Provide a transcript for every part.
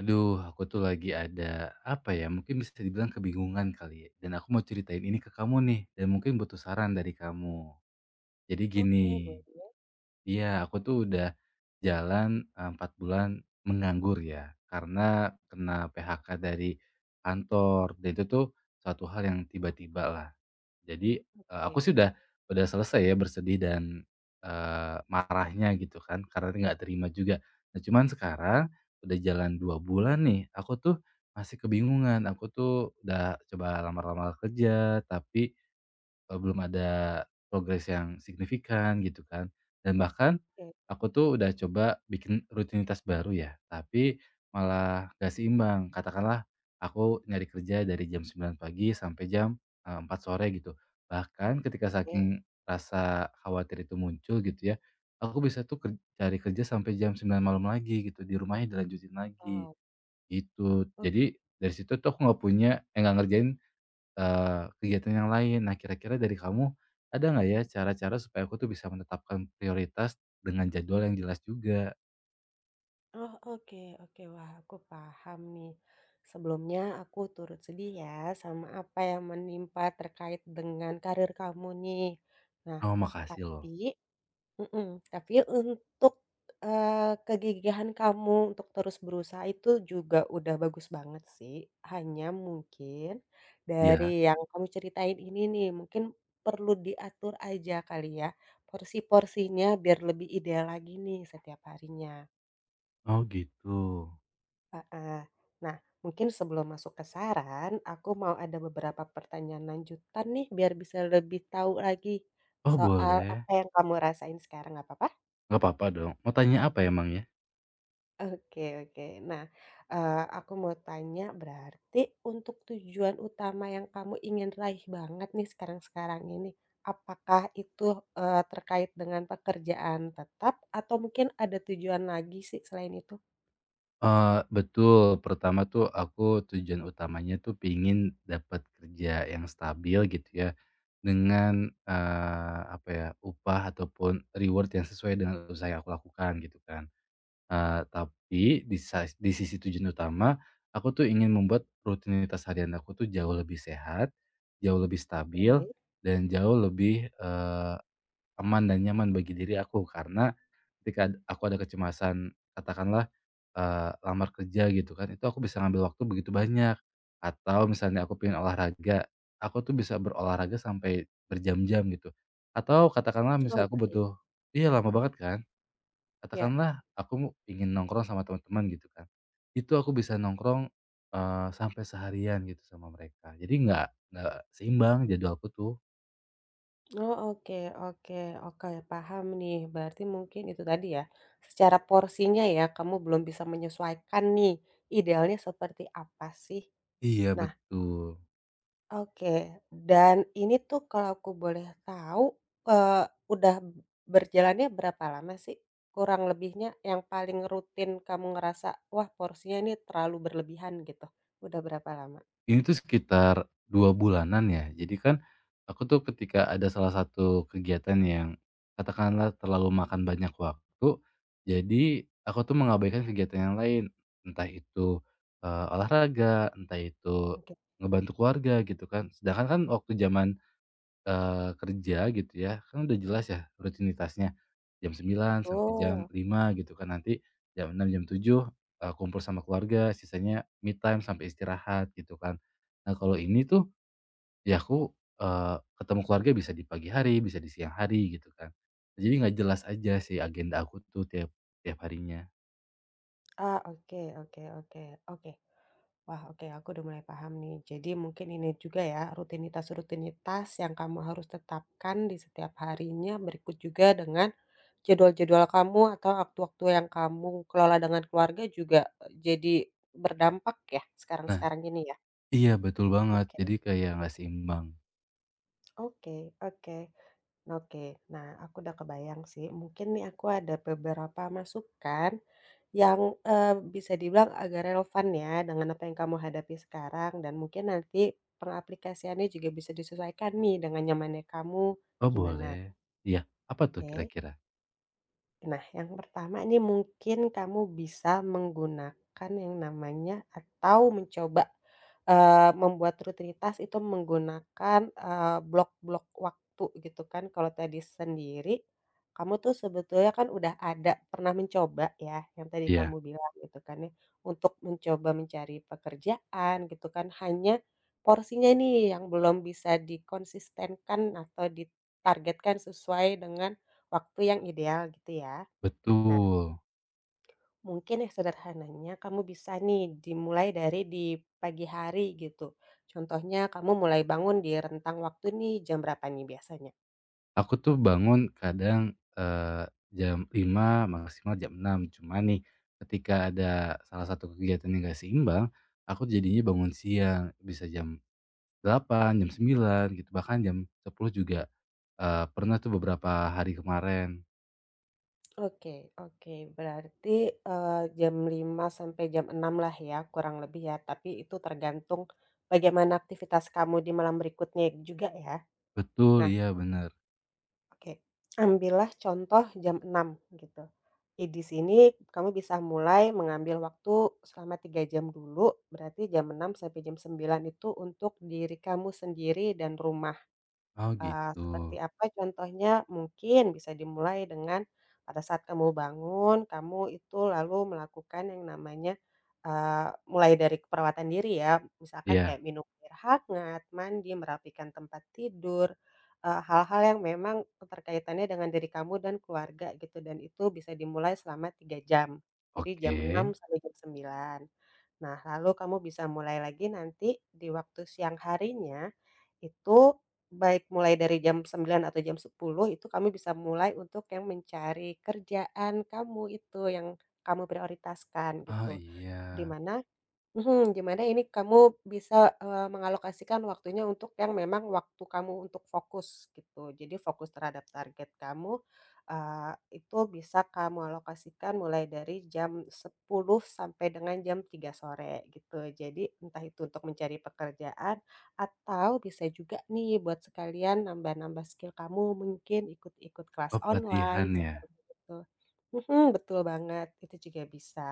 Aduh, aku tuh lagi ada apa ya? Mungkin bisa dibilang kebingungan kali ya. Dan aku mau ceritain ini ke kamu nih, dan mungkin butuh saran dari kamu. Jadi gini, Oke, iya aku tuh udah jalan 4 bulan menganggur ya, karena kena PHK dari kantor. Dan itu tuh suatu hal yang tiba-tiba lah. Jadi, aku oke. sih udah selesai ya bersedih dan, marahnya gitu kan, karena nggak terima juga. Nah, cuman sekarang udah jalan 2 bulan nih, aku tuh masih kebingungan. Aku tuh udah coba lamar-lamar kerja, tapi belum ada progres yang signifikan gitu kan, dan bahkan Oke, aku tuh udah coba bikin rutinitas baru ya, tapi malah nggak seimbang. Katakanlah aku nyari kerja dari jam 9 pagi sampai jam, 4 sore gitu. Bahkan ketika oke. saking rasa khawatir itu muncul gitu ya, aku bisa tuh cari kerja sampai jam 9 malam lagi gitu, di rumahnya dilanjutin lagi, Wow, gitu. oke. Jadi dari situ tuh aku nggak punya eh, nggak ngerjain kegiatan yang lain. Nah, kira-kira dari kamu ada nggak ya cara-cara supaya aku tuh bisa menetapkan prioritas dengan jadwal yang jelas juga? Oh, oke, oke. Wah, aku paham nih. Sebelumnya aku turut sedih ya sama apa yang menimpa terkait dengan karir kamu nih. Nah, Oh, makasih loh. tapi Mhm. Tapi untuk, kegigihan kamu untuk terus berusaha itu juga udah bagus banget sih. Hanya mungkin dari Iya. yang kamu ceritain ini nih, mungkin perlu diatur aja kali ya, porsi-porsinya biar lebih ideal lagi nih setiap harinya. Oh, gitu. Heeh. Nah, mungkin sebelum masuk ke saran, aku mau ada beberapa pertanyaan lanjutan nih biar bisa lebih tahu lagi Oh, soal boleh. apa yang kamu rasain sekarang, nggak papa? Nggak apa-apa dong. Mau tanya apa emang ya? Oke, oke. Nah, aku mau tanya berarti untuk tujuan utama yang kamu ingin raih banget nih sekarang-sekarang ini, apakah itu, terkait dengan pekerjaan tetap atau mungkin ada tujuan lagi sih selain itu? Betul. Pertama tuh aku tujuan utamanya tuh pingin dapat kerja yang stabil gitu ya, dengan, apa ya, upah ataupun reward yang sesuai dengan usaha yang aku lakukan gitu kan. Tapi di sisi tujuan utama, aku tuh ingin membuat rutinitas harian aku tuh jauh lebih sehat, jauh lebih stabil, Oke. dan jauh lebih, aman dan nyaman bagi diri aku. Karena ketika aku ada kecemasan, katakanlah, lamar kerja gitu kan, itu aku bisa ngambil waktu begitu banyak. Atau misalnya aku pengen olahraga, aku tuh bisa berolahraga sampai berjam-jam gitu. Atau katakanlah Oh, misalnya aku baik, butuh iya lama banget kan? ya. Katakanlah aku ingin nongkrong sama teman-teman gitu kan, itu aku bisa nongkrong, sampai seharian gitu sama mereka. Jadi nggak seimbang jadwalku tuh. Oh, oke, oke, oke, paham nih. Berarti mungkin itu tadi ya, secara porsinya ya kamu belum bisa menyesuaikan nih, idealnya seperti apa sih? Iya Nah. betul. Oke, dan ini tuh kalau aku boleh tahu, eee, udah berjalannya berapa lama sih? Kurang lebihnya yang paling rutin kamu ngerasa, "Wah, porsinya ini terlalu berlebihan," gitu. Udah berapa lama? Ini tuh sekitar 2 bulanan ya. Jadi kan aku tuh ketika ada salah satu kegiatan yang katakanlah terlalu makan banyak waktu, jadi aku tuh mengabaikan kegiatan yang lain. Entah itu, olahraga, entah itu Mungkin ngebantu keluarga gitu kan. Sedangkan kan waktu zaman kerja gitu ya, kan udah jelas ya rutinitasnya, jam sembilan sampai jam betul. lima gitu kan, nanti jam 6 jam 7 kumpul sama keluarga, sisanya me time sampai istirahat gitu kan. Nah kalau ini tuh, ya aku, ketemu keluarga bisa di pagi hari, bisa di siang hari gitu kan. Jadi nggak jelas aja sih agenda aku tuh tiap tiap harinya. Ah, oke, oke, oke, oke. Wah, oke, aku udah mulai paham nih. Jadi mungkin ini juga ya, rutinitas-rutinitas yang kamu harus tetapkan di setiap harinya, berikut juga dengan jadwal-jadwal kamu atau waktu-waktu yang kamu kelola dengan keluarga juga, jadi berdampak ya Nah sekarang-sekarang ini ya? iya betul banget, Oke, jadi kayak nggak seimbang. oke, oke. Oke, nah aku udah kebayang sih. Mungkin nih aku ada beberapa masukan yang bisa dibilang agak relevan ya dengan apa yang kamu hadapi sekarang dan mungkin nanti pengaplikasiannya juga bisa disesuaikan nih dengan nyamannya kamu Oh gimana, boleh. Iya, apa tuh oke? kira-kira? Nah, yang pertama ini mungkin kamu bisa menggunakan yang namanya atau mencoba, membuat rutinitas itu menggunakan, blok-blok waktu gitu kan. Kalau tadi sendiri, kamu tuh sebetulnya kan udah ada pernah mencoba ya, yang tadi Iya, kamu bilang gitu kan ya, untuk mencoba mencari pekerjaan gitu kan, hanya porsinya nih yang belum bisa dikonsistenkan atau ditargetkan sesuai dengan waktu yang ideal gitu ya? Nah, betul. mungkin ya sederhananya kamu bisa nih dimulai dari di pagi hari gitu. Contohnya kamu mulai bangun di rentang waktu nih jam berapa nih biasanya? Aku tuh bangun kadang, eee, jam 5 maksimal jam 6 cuma nih ketika ada salah satu kegiatan yang gak seimbang, aku jadinya bangun siang bisa jam 8 jam 9 gitu bahkan jam 10 juga, pernah tuh beberapa hari kemarin. Oke, oke. Berarti, jam 5 sampai jam 6 lah ya kurang lebih ya, tapi itu tergantung bagaimana aktivitas kamu di malam berikutnya juga ya? Betul, iya bener. Oke, ambillah contoh jam 6 gitu. Di sini kamu bisa mulai mengambil waktu selama 3 jam dulu, berarti jam 6 sampai jam 9 itu untuk diri kamu sendiri dan rumah. Oh gitu. Seperti apa contohnya? Mungkin bisa dimulai dengan pada saat kamu bangun, kamu itu lalu melakukan yang namanya, eee, mulai dari perawatan diri ya, misalkan kayak Iya, minum air hangat, mandi, merapikan tempat tidur, hal-hal yang memang keterkaitannya dengan diri kamu dan keluarga gitu, dan itu bisa dimulai selama 3 jam. Jadi oke. jam 6 sampai jam 9. Nah, lalu kamu bisa mulai lagi nanti di waktu siang harinya, itu, baik mulai dari jam 9 atau jam 10 itu kami bisa mulai untuk yang mencari kerjaan kamu itu, yang kamu prioritaskan Oh gitu. Di iya. mana Mhm, Gimana ini kamu bisa, mengalokasikan waktunya untuk yang memang waktu kamu untuk fokus gitu. Jadi fokus terhadap target kamu, itu bisa kamu alokasikan mulai dari jam 10 sampai dengan jam 3 sore gitu. Jadi entah itu untuk mencari pekerjaan atau bisa juga nih buat sekalian nambah-nambah skill kamu mungkin ikut-ikut kelas Oh online pelatihan ya? seperti itu. Mhm, betul banget, itu juga bisa.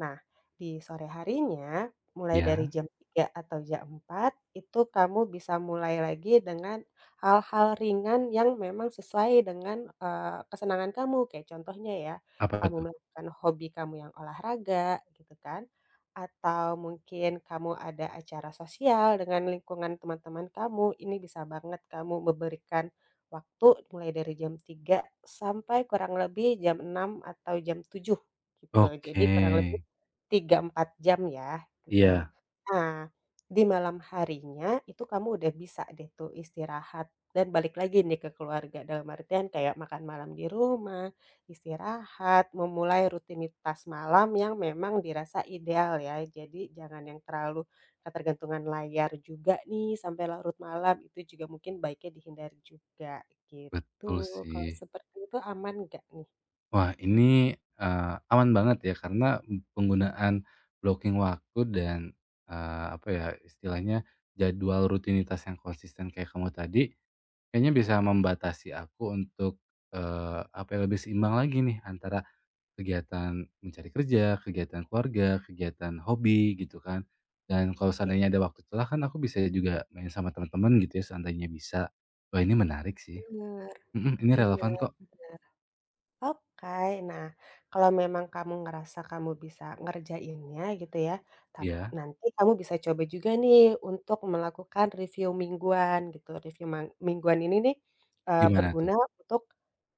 Nah, di sore harinya, mulai dari Ya jam 3 atau jam 4 itu kamu bisa mulai lagi dengan hal-hal ringan yang memang sesuai dengan, kesenangan kamu. Kayak contohnya ya, apa kamu tuh? melakukan hobi kamu yang olahraga, gitu kan. Atau mungkin kamu ada acara sosial dengan lingkungan teman-teman kamu, ini bisa banget kamu memberikan waktu mulai dari jam 3 sampai kurang lebih jam 6 atau jam 7 gitu. Jadi Oke. kurang lebih 3 4 jam ya, gitu. Iya, Nah, di malam harinya itu kamu udah bisa deh tuh istirahat dan balik lagi nih ke keluarga, dalam artian kayak makan malam di rumah, istirahat, memulai rutinitas malam yang memang dirasa ideal ya. Jadi jangan yang terlalu ketergantungan layar juga nih sampai larut malam, itu juga mungkin baiknya dihindari juga, gitu. betul Kalau sih. seperti itu aman nggak nih? Wah, ini, aman banget ya karena penggunaan blocking waktu dan, apa ya, istilahnya jadwal rutinitas yang konsisten kayak kamu tadi, kayaknya bisa membatasi aku untuk, apa ya, lebih seimbang lagi nih antara kegiatan mencari kerja, kegiatan keluarga, kegiatan hobi gitu kan. Dan kalau Iya, seandainya ada waktu celah kan aku bisa juga main sama teman-teman gitu ya seandainya bisa. Wah, ini menarik sih, mhm, ini bener, relevan kok. bener. Oke, nah kalau memang kamu ngerasa kamu bisa ngerjainnya gitu ya, tap Iya, nanti kamu bisa coba juga nih untuk melakukan review mingguan gitu. Review mingguan ini nih, gimana tuh? berguna untuk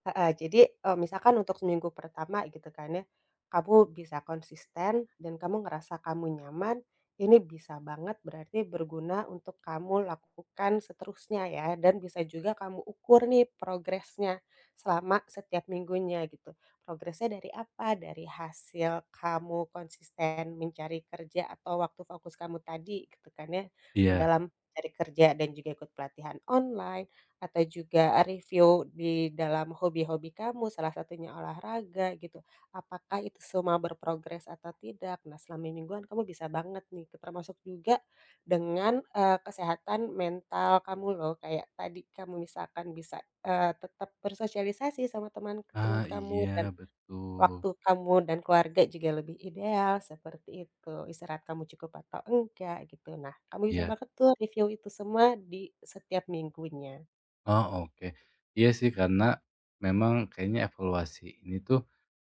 heeh. Jadi, misalkan untuk seminggu pertama gitu kan ya, kamu bisa konsisten dan kamu ngerasa kamu nyaman, ini bisa banget berarti berguna untuk kamu lakukan seterusnya ya, dan bisa juga kamu ukur nih progresnya selama setiap minggunya gitu. Progresnya dari apa? Dari hasil kamu konsisten mencari kerja atau waktu fokus kamu tadi gitu kan ya, Iya. dalam cari kerja dan juga ikut pelatihan online atau juga review di dalam hobi-hobi kamu, salah satunya olahraga gitu. Apakah itu semua berprogres atau tidak? Nah, selama mingguan kamu bisa banget nih, termasuk juga dengan, kesehatan mental kamu loh, kayak tadi kamu misalkan bisa tetap bersosialisasi sama teman-teman Ah, kamu dan iya betul, waktu kamu dan keluarga juga lebih ideal seperti itu, istirahat kamu cukup atau enggak gitu. Nah, kamu bisa iya. banget tuh review itu semua di setiap minggunya. Oh, oke. Iya sih karena memang kayaknya evaluasi ini tuh,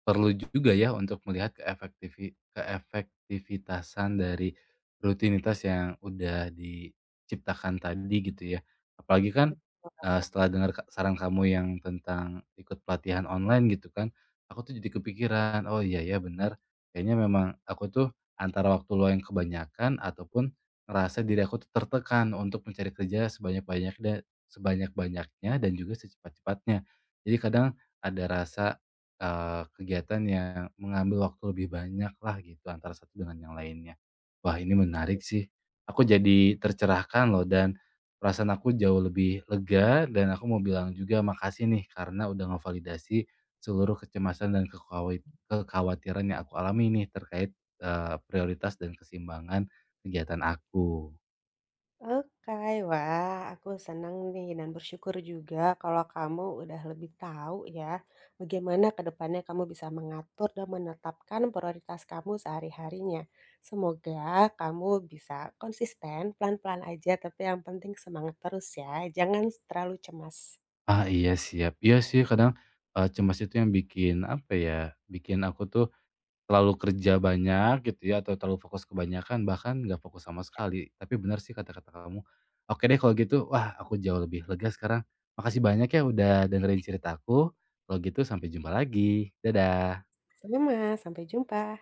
perlu juga ya untuk melihat keefektivitasan dari rutinitas yang udah diciptakan tadi gitu ya. Apalagi kan, setelah dengar saran kamu yang tentang ikut pelatihan online gitu kan, aku tuh jadi kepikiran, "Oh iya ya benar kayaknya memang aku tuh antara waktu luang yang kebanyakan ataupun ngerasa diri aku tuh tertekan untuk mencari kerja sebanyak-banyaknya dan juga secepat-cepatnya." Jadi kadang ada rasa kegiatan yang mengambil waktu lebih banyak lah gitu antara satu dengan yang lainnya. Wah ini menarik sih, aku jadi tercerahkan loh dan perasaan aku jauh lebih lega dan aku mau bilang juga makasih nih karena udah ngevalidasi seluruh kecemasan dan kekhawatiran yang aku alami nih terkait, prioritas dan keseimbangan kegiatan aku. Oke, wah aku senang nih dan bersyukur juga kalau kamu udah lebih tahu ya bagaimana ke depannya kamu bisa mengatur dan menetapkan prioritas kamu sehari-harinya. Semoga kamu bisa konsisten, pelan-pelan aja, tapi yang penting semangat terus ya. Jangan terlalu cemas. Ah iya siap, iya sih kadang, cemas itu yang bikin apa ya, bikin aku tuh terlalu kerja banyak gitu ya, atau terlalu fokus kebanyakan, bahkan nggak fokus sama Ya, sekali. Tapi benar sih kata-kata kamu. Oke deh kalau gitu, wah aku jauh lebih lega sekarang. Makasih banyak ya udah dengerin ceritaku. Kalau gitu sampai jumpa lagi. Dadah. sama, sampai jumpa.